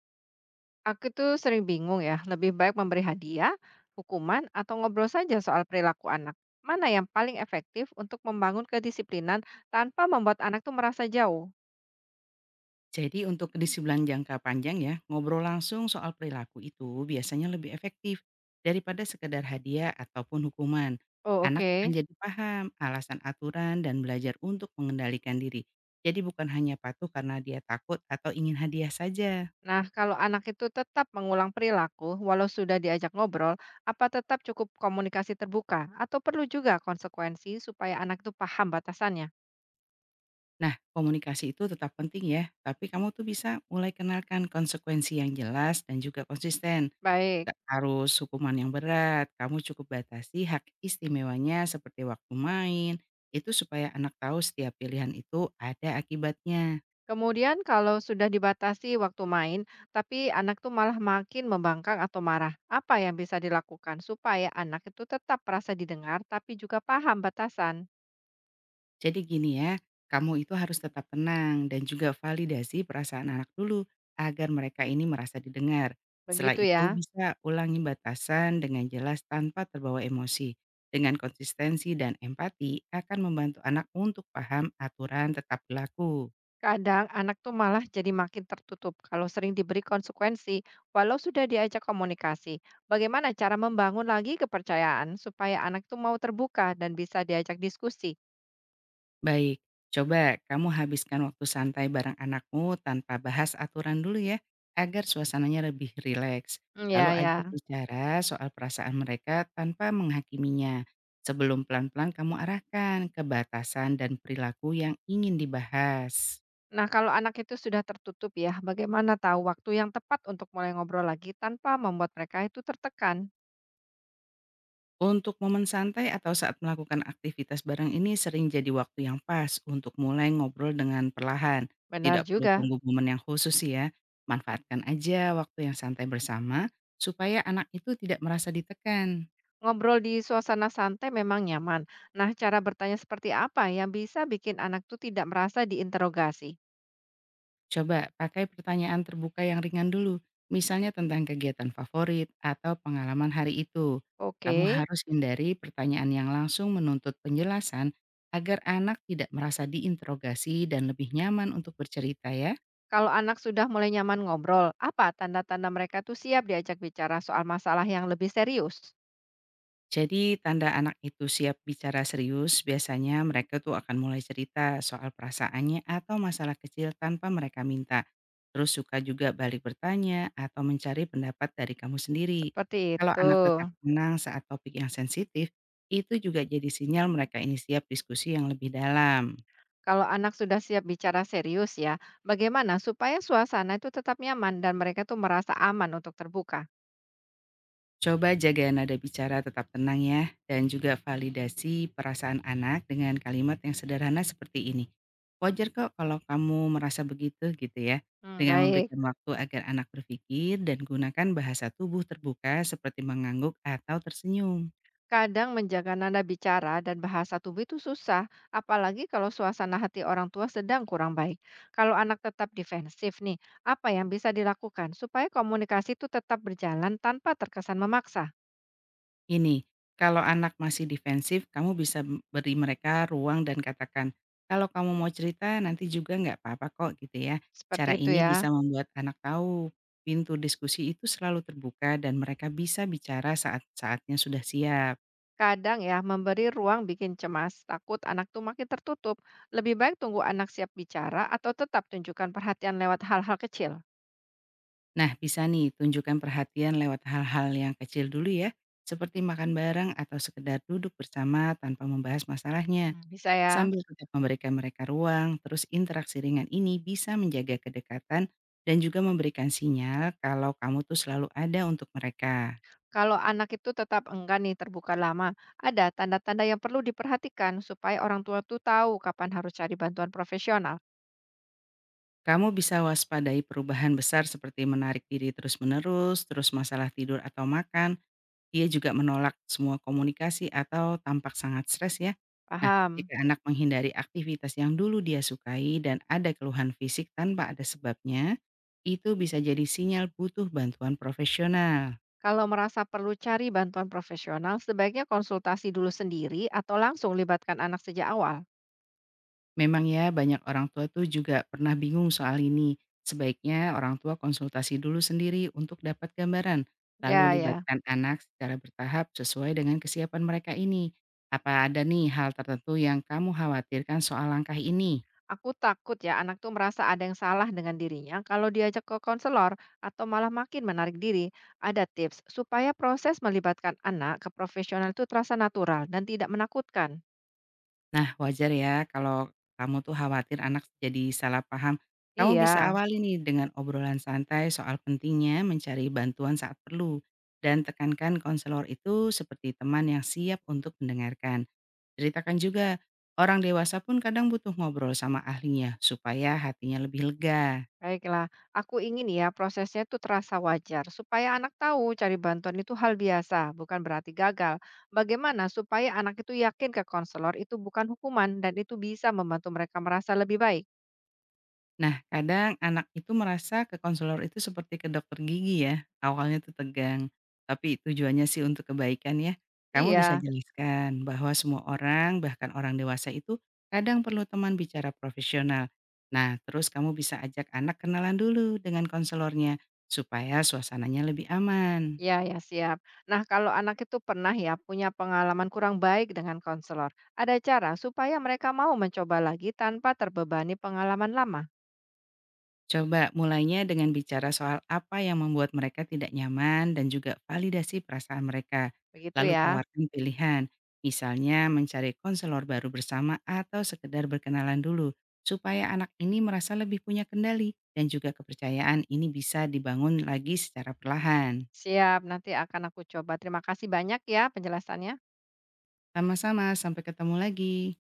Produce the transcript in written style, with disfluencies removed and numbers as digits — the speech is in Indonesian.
Aku tuh sering bingung ya, lebih baik memberi hadiah, hukuman, atau ngobrol saja soal perilaku anak. Mana yang paling efektif untuk membangun kedisiplinan tanpa membuat anak tuh merasa jauh? Jadi untuk kedisiplinan jangka panjang ya, ngobrol langsung soal perilaku itu biasanya lebih efektif daripada sekedar hadiah ataupun hukuman. Oh, Anak akan oke. jadi paham alasan aturan dan belajar untuk mengendalikan diri. Jadi bukan hanya patuh karena dia takut atau ingin hadiah saja. Nah, kalau anak itu tetap mengulang perilaku walau sudah diajak ngobrol, apa tetap cukup komunikasi terbuka atau perlu juga konsekuensi supaya anak tuh paham batasannya? Nah, komunikasi itu tetap penting ya, tapi kamu tuh bisa mulai kenalkan konsekuensi yang jelas dan juga konsisten. Baik. Nggak harus hukuman yang berat, kamu cukup batasi hak istimewanya seperti waktu main, itu supaya anak tahu setiap pilihan itu ada akibatnya. Kemudian kalau sudah dibatasi waktu main, tapi anak tuh malah makin membangkang atau marah, apa yang bisa dilakukan supaya anak itu tetap merasa didengar tapi juga paham batasan? Jadi gini ya, kamu itu harus tetap tenang dan juga validasi perasaan anak dulu agar mereka ini merasa didengar. Setelah Begitu itu ya. bisa ulangi batasan dengan jelas tanpa terbawa emosi. Dengan konsistensi dan empati akan membantu anak untuk paham aturan tetap berlaku. Kadang anak tuh malah jadi makin tertutup kalau sering diberi konsekuensi walau sudah diajak komunikasi. Bagaimana cara membangun lagi kepercayaan supaya anak tuh mau terbuka dan bisa diajak diskusi? Baik, coba kamu habiskan waktu santai bareng anakmu tanpa bahas aturan dulu ya, agar suasananya lebih rileks. Mm, Lalu ya, ajak ya. bicara soal perasaan mereka tanpa menghakiminya. Sebelum pelan-pelan kamu arahkan ke batasan dan perilaku yang ingin dibahas. Nah, kalau anak itu sudah tertutup ya, bagaimana tahu waktu yang tepat untuk mulai ngobrol lagi tanpa membuat mereka itu tertekan? Untuk momen santai atau saat melakukan aktivitas bareng ini sering jadi waktu yang pas untuk mulai ngobrol dengan perlahan. Tidak Benar perlu juga, tunggu momen yang khusus sih ya. Manfaatkan aja waktu yang santai bersama supaya anak itu tidak merasa ditekan. ngobrol di suasana santai memang nyaman. Nah, cara bertanya seperti apa yang bisa bikin anak tuh tidak merasa diinterogasi? Coba pakai pertanyaan terbuka yang ringan dulu. Misalnya tentang kegiatan favorit atau pengalaman hari itu. Oke, Kamu harus hindari pertanyaan yang langsung menuntut penjelasan agar anak tidak merasa diinterogasi dan lebih nyaman untuk bercerita ya. kalau anak sudah mulai nyaman ngobrol, apa tanda-tanda mereka tuh siap diajak bicara soal masalah yang lebih serius? Jadi tanda anak itu siap bicara serius, biasanya mereka tuh akan mulai cerita soal perasaannya atau masalah kecil tanpa mereka minta. Terus suka juga balik bertanya atau mencari pendapat dari kamu sendiri. Seperti Kalau itu. anak tetap tenang saat topik yang sensitif, itu juga jadi sinyal mereka ini siap diskusi yang lebih dalam. Kalau anak sudah siap bicara serius ya, bagaimana supaya suasana itu tetap nyaman dan mereka tuh merasa aman untuk terbuka? Coba jaga nada bicara tetap tenang ya, dan juga validasi perasaan anak dengan kalimat yang sederhana seperti ini. Wajar kok kalau kamu merasa begitu gitu ya, Hmm, dengan baik. memberikan waktu agar anak berpikir dan gunakan bahasa tubuh terbuka seperti mengangguk atau tersenyum. Kadang menjaga nada bicara dan bahasa tubuh itu susah, apalagi kalau suasana hati orang tua sedang kurang baik. Kalau anak tetap defensif nih, apa yang bisa dilakukan supaya komunikasi itu tetap berjalan tanpa terkesan memaksa? Ini, kalau anak masih defensif, kamu bisa beri mereka ruang dan katakan, kalau kamu mau cerita nanti juga nggak apa-apa kok gitu ya. Seperti Cara itu ini ya. bisa membuat anak tahu pintu diskusi itu selalu terbuka dan mereka bisa bicara saat saatnya sudah siap. Kadang ya, memberi ruang bikin cemas, takut anak tuh makin tertutup. Lebih baik tunggu anak siap bicara atau tetap tunjukkan perhatian lewat hal-hal kecil. Nah, bisa nih tunjukkan perhatian lewat hal-hal yang kecil dulu ya, seperti makan bareng atau sekedar duduk bersama tanpa membahas masalahnya. Hmm, bisa ya. Sambil tetap memberikan mereka ruang, terus interaksi ringan ini bisa menjaga kedekatan dan juga memberikan sinyal kalau kamu tuh selalu ada untuk mereka. Kalau anak itu tetap enggan nih terbuka lama, ada tanda-tanda yang perlu diperhatikan supaya orang tua tuh tahu kapan harus cari bantuan profesional. Kamu bisa waspadai perubahan besar seperti menarik diri terus-menerus, terus masalah tidur atau makan. Dia juga menolak semua komunikasi atau tampak sangat stres ya. Nah, Paham? jika anak menghindari aktivitas yang dulu dia sukai dan ada keluhan fisik tanpa ada sebabnya, itu bisa jadi sinyal butuh bantuan profesional. Kalau merasa perlu cari bantuan profesional, sebaiknya konsultasi dulu sendiri atau langsung libatkan anak sejak awal. Memang ya, banyak orang tua tuh juga pernah bingung soal ini. Sebaiknya orang tua konsultasi dulu sendiri untuk dapat gambaran, lalu Ya, ya. libatkan anak secara bertahap sesuai dengan kesiapan mereka ini. Apa ada nih hal tertentu yang kamu khawatirkan soal langkah ini? Aku takut ya anak tuh merasa ada yang salah dengan dirinya kalau diajak ke konselor atau malah makin menarik diri. Ada tips supaya proses melibatkan anak ke profesional itu terasa natural dan tidak menakutkan. Nah, wajar ya kalau kamu tuh khawatir anak jadi salah paham. Kamu bisa Iya, awali nih dengan obrolan santai soal pentingnya mencari bantuan saat perlu dan tekankan konselor itu seperti teman yang siap untuk mendengarkan. Ceritakan juga, orang dewasa pun kadang butuh ngobrol sama ahlinya supaya hatinya lebih lega. baiklah. Aku ingin ya prosesnya itu terasa wajar supaya anak tahu cari bantuan itu hal biasa, bukan berarti gagal. Bagaimana supaya anak itu yakin ke konselor itu bukan hukuman dan itu bisa membantu mereka merasa lebih baik? Nah, kadang anak itu merasa ke konselor itu seperti ke dokter gigi ya, awalnya tuh tegang, tapi tujuannya sih untuk kebaikan ya. Kamu bisa Iya. Ya. Jelaskan bahwa semua orang, bahkan orang dewasa itu kadang perlu teman bicara profesional. Nah, terus kamu bisa ajak anak kenalan dulu dengan konselornya supaya suasananya lebih aman. Ya, ya, siap. Nah, kalau anak itu pernah ya punya pengalaman kurang baik dengan konselor, ada cara supaya mereka mau mencoba lagi tanpa terbebani pengalaman lama. Coba mulainya dengan bicara soal apa yang membuat mereka tidak nyaman dan juga validasi perasaan mereka. Begitu Lalu ya. tawarkan pilihan, misalnya mencari konselor baru bersama atau sekedar berkenalan dulu, supaya anak ini merasa lebih punya kendali dan juga kepercayaan ini bisa dibangun lagi secara perlahan. Siap, nanti akan aku coba. Terima kasih banyak ya penjelasannya. Sama-sama, sampai ketemu lagi.